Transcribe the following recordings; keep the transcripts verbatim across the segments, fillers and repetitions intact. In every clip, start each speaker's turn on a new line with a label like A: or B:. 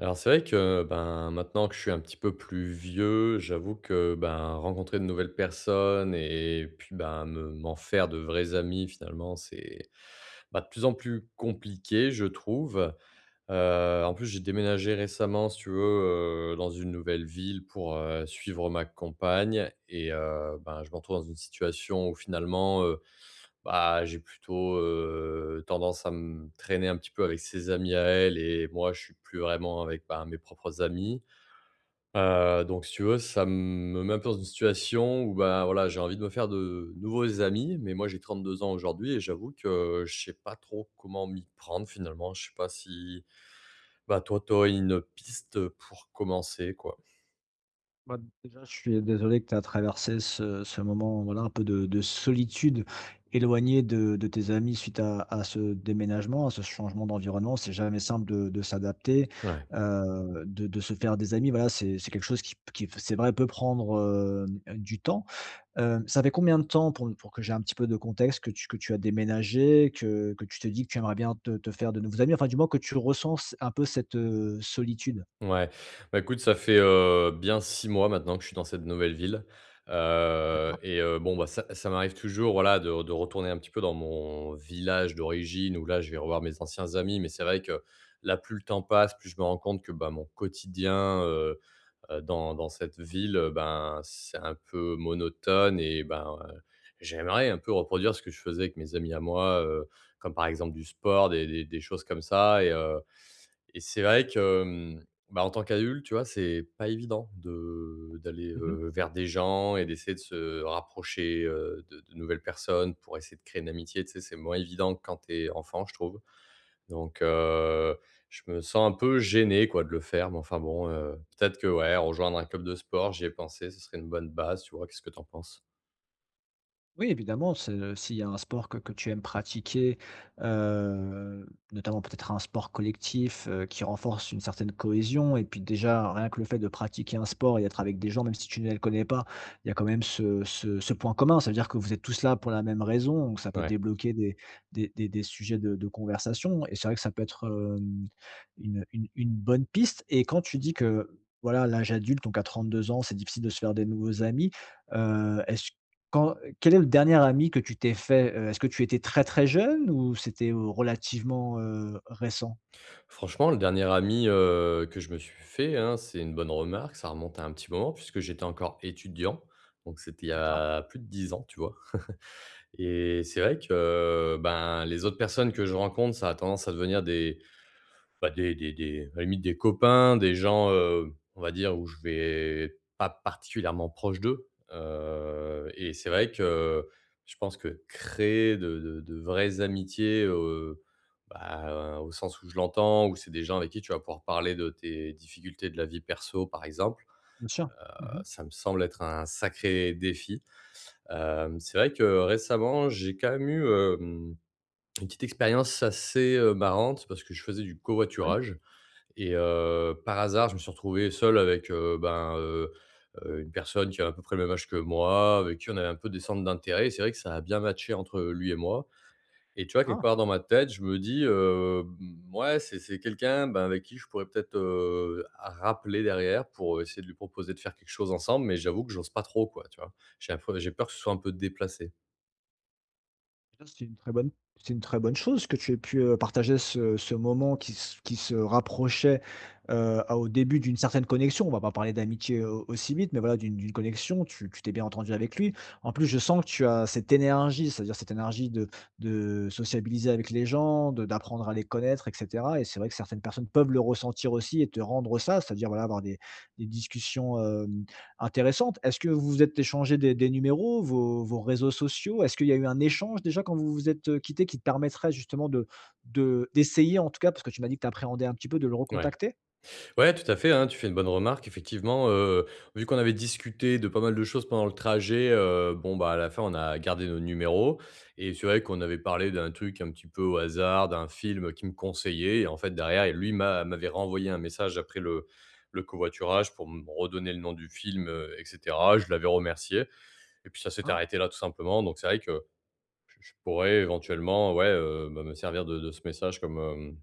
A: Alors c'est vrai que, ben, maintenant que je suis un petit peu plus vieux, j'avoue que, ben, rencontrer de nouvelles personnes et puis, ben, me m'en faire de vrais amis finalement, c'est, bah, de plus en plus compliqué, je trouve. Heu, en plus, j'ai déménagé récemment, si tu veux, heu, dans une nouvelle ville pour, heu, suivre ma compagne et heu, ben, je me retrouve dans une situation où finalement, euh, bah, j'ai plutôt, heu, tendance à me traîner un petit peu avec ses amis à elle et moi, je suis plus vraiment avec, bah, mes propres amis. Heu, donc si tu veux, ça me met un peu dans une situation où, bah, voilà, j'ai envie de me faire de nouveaux amis, mais moi j'ai trente-deux ans aujourd'hui et j'avoue que je sais pas trop comment m'y prendre finalement. Je sais pas si, bah, toi, tu aurais une piste pour commencer, quoi?
B: Bah, déjà, je suis désolé que tu as traversé ce ce moment, voilà, un peu de de solitude, éloigné de de tes amis suite à à ce déménagement, à ce changement d'environnement. C'est jamais simple de de s'adapter,
A: Ouais.
B: heu, de de se faire des amis. Voilà, c'est c'est quelque chose qui qui c'est vrai, peut prendre, heu, du temps. Heu, ça fait combien de temps, pour pour que j'ai un petit peu de contexte, que tu que tu as déménagé, que que tu te dis que tu aimerais bien te te faire de nouveaux amis? Enfin, du moins que tu ressens un peu cette, heu, solitude.
A: Ouais. Bah, écoute, ça fait, heu, bien six mois maintenant que je suis dans cette nouvelle ville. Heu
B: Mmh,
A: et heu, bon, bah, ça ça m'arrive toujours, voilà, de de retourner un petit peu dans mon village d'origine où là, je vais revoir mes anciens amis. Mais c'est vrai que là, plus le temps passe, plus je me rends compte que, bah, mon quotidien, heu heu, dans dans cette ville, heu, ben, c'est un peu monotone et ben, heu, j'aimerais un peu reproduire ce que je faisais avec mes amis à moi, heu, comme par exemple du sport, des des des choses comme ça et heu et c'est vrai que, hem, bah, en tant qu'adulte, tu vois, c'est pas évident de d'aller,
B: d'accord?
A: heu, vers des gens et d'essayer de se rapprocher, heu, de de nouvelles personnes pour essayer de créer une amitié, tu sais? C'est moins évident que quand t'es enfant, je trouve. Donc, heu, je me sens un peu gêné, quoi, de le faire, mais enfin bon, heu, peut-être que, ouais, rejoindre un club de sport, j'y ai pensé, ce serait une bonne base, tu vois? Qu'est-ce que t'en penses?
B: Oui, évidemment, c'est, heu, s'il y a un sport que que tu aimes pratiquer, heu, notamment peut-être un sport collectif, heu, qui renforce une certaine cohésion. Et puis déjà, rien que le fait de pratiquer un sport et d'être avec des gens, même si tu ne les connais pas, il y a quand même ce ce ce point commun. Ça veut dire que vous êtes tous là pour la même raison, donc ça peut
A: Ouais.
B: débloquer des des des des sujets de de conversation. Et c'est vrai que ça peut être, hem, une une une bonne piste. Et quand tu dis que, voilà, l'âge adulte, donc à trente-deux ans, c'est difficile de se faire des nouveaux amis, heu, est-ce quand quel est le dernier ami que tu t'es fait? Heu, est-ce que tu étais très, très jeune, ou c'était, heu, relativement, heu, récent?
A: Franchement, le dernier ami, heu, que je me suis fait, hein, c'est une bonne remarque, ça remonte à un petit moment puisque j'étais encore étudiant, donc c'était il y
B: D'accord.
A: a plus de dix ans, tu vois? Et c'est vrai que, euh, ben, les autres personnes que je rencontre, ça a tendance à devenir des bah, des des des à la limite des copains, des gens, heu, on va dire où je vais pas particulièrement proche d'eux, heu et c'est vrai que je pense que créer de de de vraies amitiés, heu, bah, au sens où je l'entends, où c'est des gens avec qui tu vas pouvoir parler de tes difficultés de la vie perso, par exemple,
B: Bien sûr. Mmh.
A: heu, ça me semble être un sacré défi. Hem, c'est vrai que récemment, j'ai quand même eu, hem, une petite expérience assez, heu, marrante parce que je faisais du
B: Oui.
A: covoiturage et heu, par hasard, je me suis retrouvé seul avec, heu, ben, heu heu, une personne qui a à peu près le même âge que moi, avec qui on avait un peu des centres d'intérêt. Et C'est vrai que ça a bien matché entre lui et moi. Et tu vois, quelque
B: Ah!
A: part dans ma tête, je me dis, heu, mmh, ouais, c'est c'est quelqu'un, ben, avec qui je pourrais peut-être, heu, rappeler derrière pour, essayer de lui proposer de faire quelque chose ensemble, mais j'avoue que j'ose pas trop, quoi, tu vois? J'ai un peu j'ai peur que ce soit un peu déplacé.
B: Déjà, c'est une très bonne c'est une très bonne chose que tu aies pu, heu, partager ce ce moment qui se, qui se rapprochait, heu, à, au début d'une certaine connexion. On va pas parler d'amitié au aussi vite, mais voilà, d'une, d'une connexion. Tu tu t'es bien entendu avec lui. En plus, je sens que tu as cette énergie, c'est-à-dire cette énergie de de sociabiliser avec les gens, de d'apprendre à les connaître, et cetera. Et c'est vrai que certaines personnes peuvent le ressentir aussi et te rendre ça, c'est-à-dire, voilà, avoir des des discussions Intéressante. Est-ce que vous vous êtes échangé des des numéros, vos, vos réseaux sociaux? Est-ce qu'il y a eu un échange déjà quand vous vous êtes, heu, quittés, qui te permettrait justement de, de d'essayer en tout cas, parce que tu m'as dit que tu appréhendais un petit peu, de le
A: Ouais.
B: recontacter?
A: Ouais, tout à fait, hein, tu fais une bonne remarque. Effectivement, heu, vu qu'on avait discuté de pas mal de choses pendant le trajet, heu, bon, bah, à la fin, on a gardé nos numéros et c'est vrai qu'on avait parlé d'un truc un petit peu au hasard, d'un film qu'il me conseillait et en fait, derrière et lui m'a m'avait renvoyé un message après le le covoiturage pour me redonner le nom du film, heu et cetera. Je l'avais remercié et puis ça s'est
B: Ah.
A: arrêté là, tout simplement donc c'est vrai que je je pourrais éventuellement, ouais, heu, bah, me servir de de ce message comme, hem,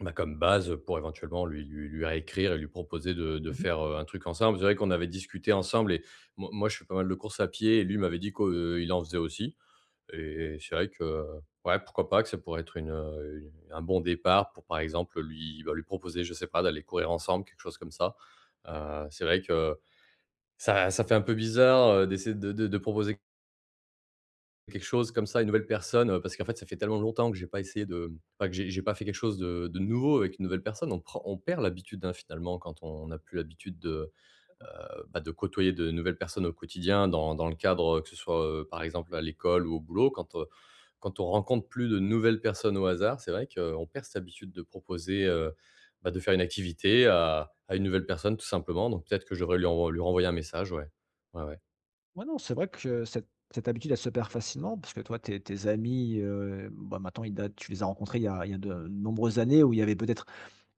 A: bah, comme base, pour éventuellement lui lui lui réécrire et lui proposer de de
B: Mmh.
A: faire, heu, un truc ensemble. C'est vrai qu'on avait discuté ensemble et mo moi, je fais pas mal de courses à pied et lui m'avait dit qu'il en faisait aussi et c'est vrai que, ouais, pourquoi pas que ça pourrait être une, heu, une un bon départ pour, par exemple, lui, bah, lui proposer, je sais pas, d'aller courir ensemble, quelque chose comme ça. Heu, c'est vrai que ça ça fait un peu bizarre, heu, d'essayer de de de proposer Quelque chose comme ça, une nouvelle personne, heu, parce qu'en fait, ça fait tellement longtemps que j'ai pas essayé de, mmh, enfin, que j'ai j'ai pas fait quelque chose de de nouveau avec une nouvelle personne. On prend on perd l'habitude, hein, finalement, quand on n'a plus l'habitude de, heu, bah, de côtoyer de nouvelles personnes au quotidien dans dans le cadre, heu, que ce soit, heu, par exemple à l'école ou au boulot. Quand, heu, quand on rencontre plus de nouvelles personnes au hasard, c'est vrai qu'on perd cette habitude de proposer, heu, bah, de faire une activité à à une nouvelle personne, tout simplement. Donc peut-être que je devrais lui env lui renvoyer un message, ouais. Ouais, ouais.
B: Ouais, non, c'est vrai que cette, cette habitude, elle se perd facilement, parce que toi, tes, tes amis, heu, bah, maintenant ils datent, tu les as rencontrés il y a, il y a de nombreuses années, où il y avait peut-être,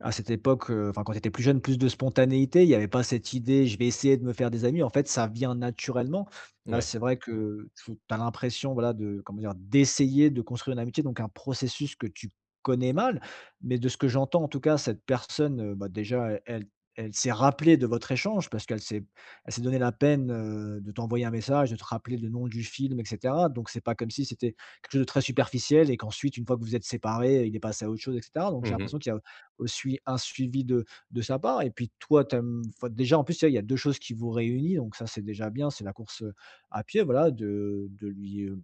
B: à cette époque, heu, enfin, quand tu étais plus jeune, plus de spontanéité. Il n'y avait pas cette idée: «Je vais essayer de me faire des amis». En fait, ça vient naturellement. Là,
A: Ouais.
B: c'est vrai que tu as l'impression, voilà, de, comment dire, d'essayer de construire une amitié, donc un processus que tu connais mal. Mais de ce que j'entends, en tout cas, cette personne, heu, bah, déjà, e elle elle s'est rappelée de votre échange, parce qu'elle s'est, elle s'est donné la peine, heu, de t'envoyer un message, de te rappeler le nom du film, et cetera. Donc c'est pas comme si c'était quelque chose de très superficiel et qu'ensuite, une fois que vous êtes séparés, il est passé à autre chose, et cetera. Donc j'ai
A: Mmh mh.
B: l'impression qu'il y a aussi un suivi de de sa part. Et puis toi, tu aimes, enfin, déjà, en plus, il y a deux choses qui vous réunissent, donc ça, c'est déjà bien. C'est la course, euh, à pied. Voilà, de de lui, euh,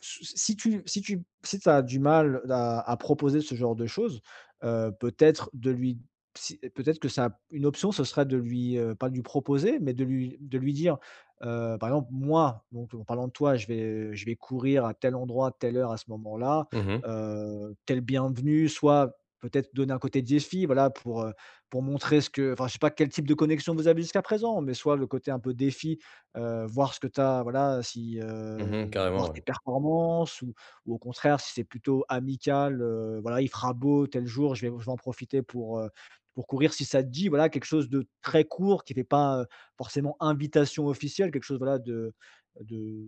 B: si tu, si tu si tu as du mal à, à proposer ce genre de choses, heu, peut-être de lui, si peut-être que ça une option, ce serait de lui, heu, pas de lui proposer, mais de lui, de lui dire, heu, par exemple: «Moi, donc en parlant de toi, je vais, je vais courir à tel endroit, telle heure, à ce moment-là,
A: Mmh.
B: heu, tu es bienvenu». Soit peut-être donner un côté défi, voilà, pour, heu, pour montrer ce que, enfin, je sais pas quel type de connexion vous avez jusqu'à présent, mais soit le côté un peu défi. Heu, voir ce que tu as, voilà, si,
A: Mmh.
B: heu,
A: Carrément,
B: voir
A: ouais.
B: tes performances, ou ou au contraire, si c'est plutôt amical, heu, voilà, il fera beau tel jour, je vais, je vais en profiter pour, heu, pour courir si ça te dit. Voilà, quelque chose de très court qui fait pas, heu, forcément invitation officielle, quelque chose, voilà, de de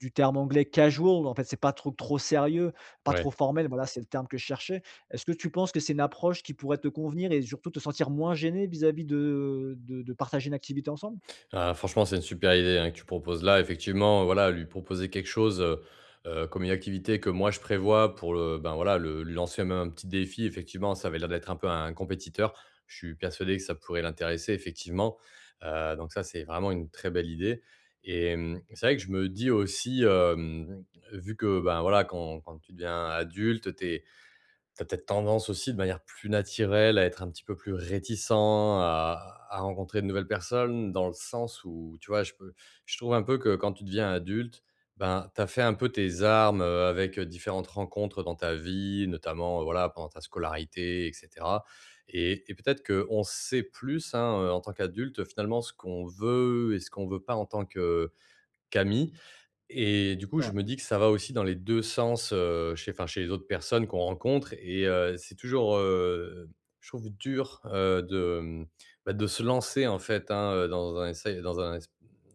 B: du terme anglais casual. En fait, c'est pas trop trop sérieux, pas
A: Ouais.
B: trop formel, voilà, c'est le terme que je cherchais. Est-ce que tu penses que c'est une approche qui pourrait te convenir et surtout te sentir moins gêné vis-à-vis de de de partager une activité ensemble?
A: Ah, franchement, c'est une super idée, hein, que tu proposes là. Effectivement, voilà, lui proposer quelque chose, heu heu, comme une activité que moi je prévois pour le, ben, voilà, le lui lancer même un petit défi. Effectivement, ça avait l'air d'être un peu un compétiteur. Je suis persuadé que ça pourrait l'intéresser, effectivement. Heu, donc ça, c'est vraiment une très belle idée et mmh, c'est vrai que je me dis aussi, hem, vu que, ben, voilà, quand quand tu deviens adulte, tu tu as peut-être tendance aussi, de manière plus naturelle, à être un petit peu plus réticent, à à rencontrer de nouvelles personnes, dans le sens où, tu vois, je peux je trouve un peu que quand tu deviens adulte, ben, tu as fait un peu tes armes, heu, avec, euh, différentes rencontres dans ta vie, notamment, heu, voilà, pendant ta scolarité et cetera et et peut-être qu'on sait plus, hein, heu, en tant qu'adulte, finalement, ce qu'on veut et ce qu'on veut pas en tant que qu'ami et du
B: C'est
A: coup, je me dis que ça va aussi dans les deux sens, heu, chez enfin, chez les autres personnes qu'on rencontre et heu, c'est toujours, heu, je trouve dur, heu, de, mmh, bah, de se lancer en fait, hein, heu, dans un essai dans un es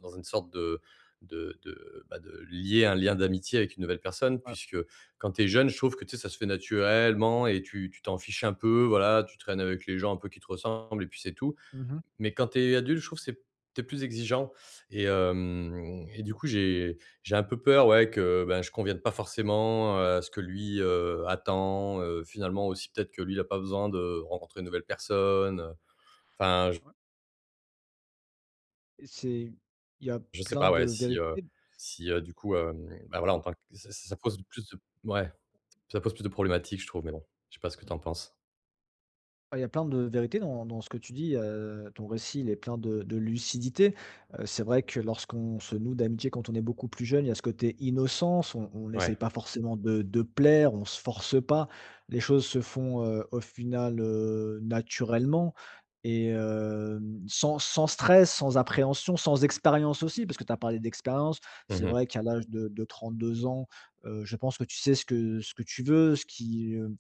A: dans une sorte de de de, bah, de lier un lien d'amitié avec une nouvelle personne
B: Ouais.
A: puisque quand tu es jeune, je trouve que, tu sais, ça se fait naturellement et tu tu t'en fiches un peu, voilà, tu traînes avec les gens un peu qui te ressemblent et puis c'est tout.
B: Mmh.
A: Mais quand tu es adulte, je trouve que c'est t'es plus exigeant et hem et du coup, j'ai j'ai un peu peur, ouais, que, ben, je convienne pas forcément, à ce que lui, heu, attend, heu, finalement aussi peut-être que lui, il a pas besoin de rencontrer une nouvelle personne, enfin, je
B: C'est Il y a
A: je sais
B: plein
A: pas,
B: de
A: ouais, si, heu
B: vérités.
A: si, heu, du coup, hem, bah, voilà, en tant que ça ça pose plus de ouais, ça pose plus de problématiques, je trouve, mais bon, je sais pas ce que tu en penses?
B: Ah, il y a plein de vérités dans, dans ce que tu dis, heu, ton récit, il est plein de de lucidité. Heu, c'est vrai que lorsqu'on se noue d'amitié quand on est beaucoup plus jeune, il y a ce côté innocence, on on
A: Ouais.
B: essaye pas forcément de de plaire, on se force pas. Les choses se font, heu, au final, heu, naturellement, et hem, sans, sans stress, sans appréhension, sans expérience aussi, parce que tu as parlé d'expérience. C'est
A: Mmh.
B: vrai qu'à l'âge de de deux ans, heu, je pense que tu sais ce que, ce que tu veux, ce qui, heu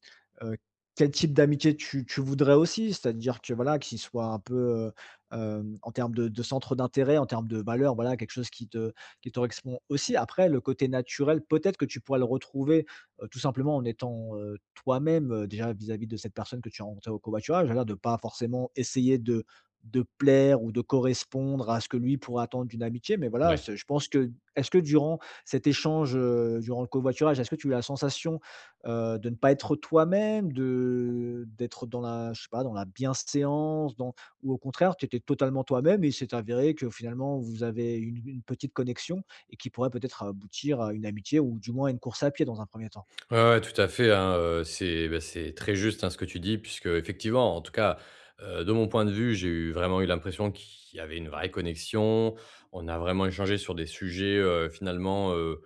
B: quel type d'amitié tu tu voudrais aussi. C'est-à-dire que, voilà, qu'il soit un peu, heu, hem, en termes de de centre d'intérêt, en termes de valeurs, voilà, quelque chose qui te, qui te correspond aussi. Après, le côté naturel, peut-être que tu pourras le retrouver, heu, tout simplement en étant, heu, toi-même, heu, déjà vis-à-vis de cette personne que tu as rencontrée au covoiturage. Voilà, de pas forcément essayer de de plaire ou de correspondre à ce que lui pourrait attendre d'une amitié. Mais voilà,
A: Ouais.
B: c'est je pense que, est-ce que durant cet échange, heu, durant le covoiturage, est-ce que tu as eu la sensation, heu, de ne pas être toi-même, de d'être dans la, je sais pas, dans la bienséance, dans ou au contraire, tu étais totalement toi-même et il s'est avéré que finalement vous avez une une petite connexion, et qui pourrait peut-être aboutir à une amitié ou du moins à une course à pied dans un premier temps?
A: Ouais, ouais, tout à fait, hein, heu, c'est bah, c'est très juste, hein, ce que tu dis puisque effectivement, en tout cas, heu, de mon point de vue, j'ai eu vraiment eu l'impression qu'il y avait une vraie connexion. On a vraiment échangé sur des sujets, heu, finalement, heu,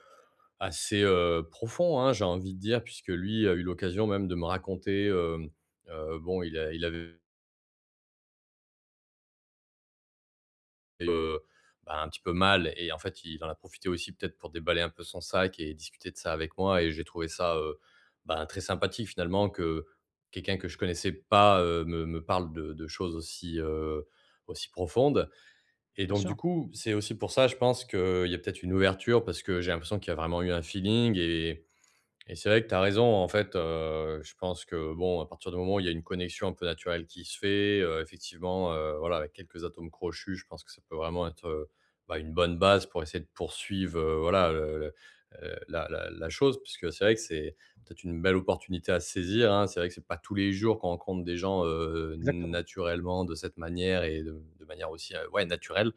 A: assez, heu, profonds, hein, j'ai envie de dire puisque lui a eu l'occasion même de me raconter, hem, heu, bon, il a il avait Et bah, un petit peu mal et en fait, il en a profité aussi peut-être pour déballer un peu son sac et discuter de ça avec moi et j'ai trouvé ça, heu, bah, très sympathique finalement que quelqu'un que je connaissais pas, heu, me me parle de de choses aussi, heu, aussi profondes et
B: Bien
A: donc du
B: sûr.
A: coup, c'est aussi pour ça, je pense qu'il y a peut-être une ouverture parce que j'ai l'impression qu'il y a vraiment eu un feeling et et c'est vrai que tu as raison, en fait, heu, je pense que, bon, à partir du moment où il y a une connexion un peu naturelle qui se fait, heu, effectivement, heu, voilà, avec quelques atomes crochus, je pense que ça peut vraiment être, heu, bah, une bonne base pour essayer de poursuivre, heu, voilà, le le, heu, la la la chose. Puisque c'est vrai que c'est peut-être une belle opportunité à saisir, hein. C'est vrai que c'est pas tous les jours qu'on rencontre des gens, heu,
B: Exactement.
A: naturellement de cette manière et de de manière aussi, heu, ouais, naturelle.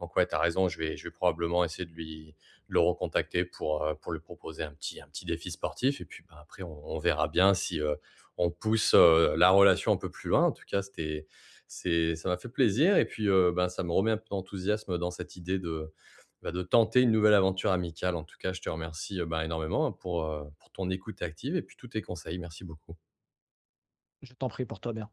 A: Donc ouais, tu as raison, je vais je vais probablement essayer de lui de le recontacter pour, heu, pour lui proposer un petit un petit défi sportif et puis, bah, après on on verra bien si, heu, on pousse, heu, la relation un peu plus loin. En tout cas, c'était c'est ça m'a fait plaisir et puis, heu, ben, ça me remet un peu d'enthousiasme dans cette idée de, bah, de tenter une nouvelle aventure amicale. En tout cas, je te remercie, heu, ben, énormément pour, heu, pour ton écoute active et puis tous tes conseils. Merci beaucoup.
B: Je t'en prie, porte-toi bien.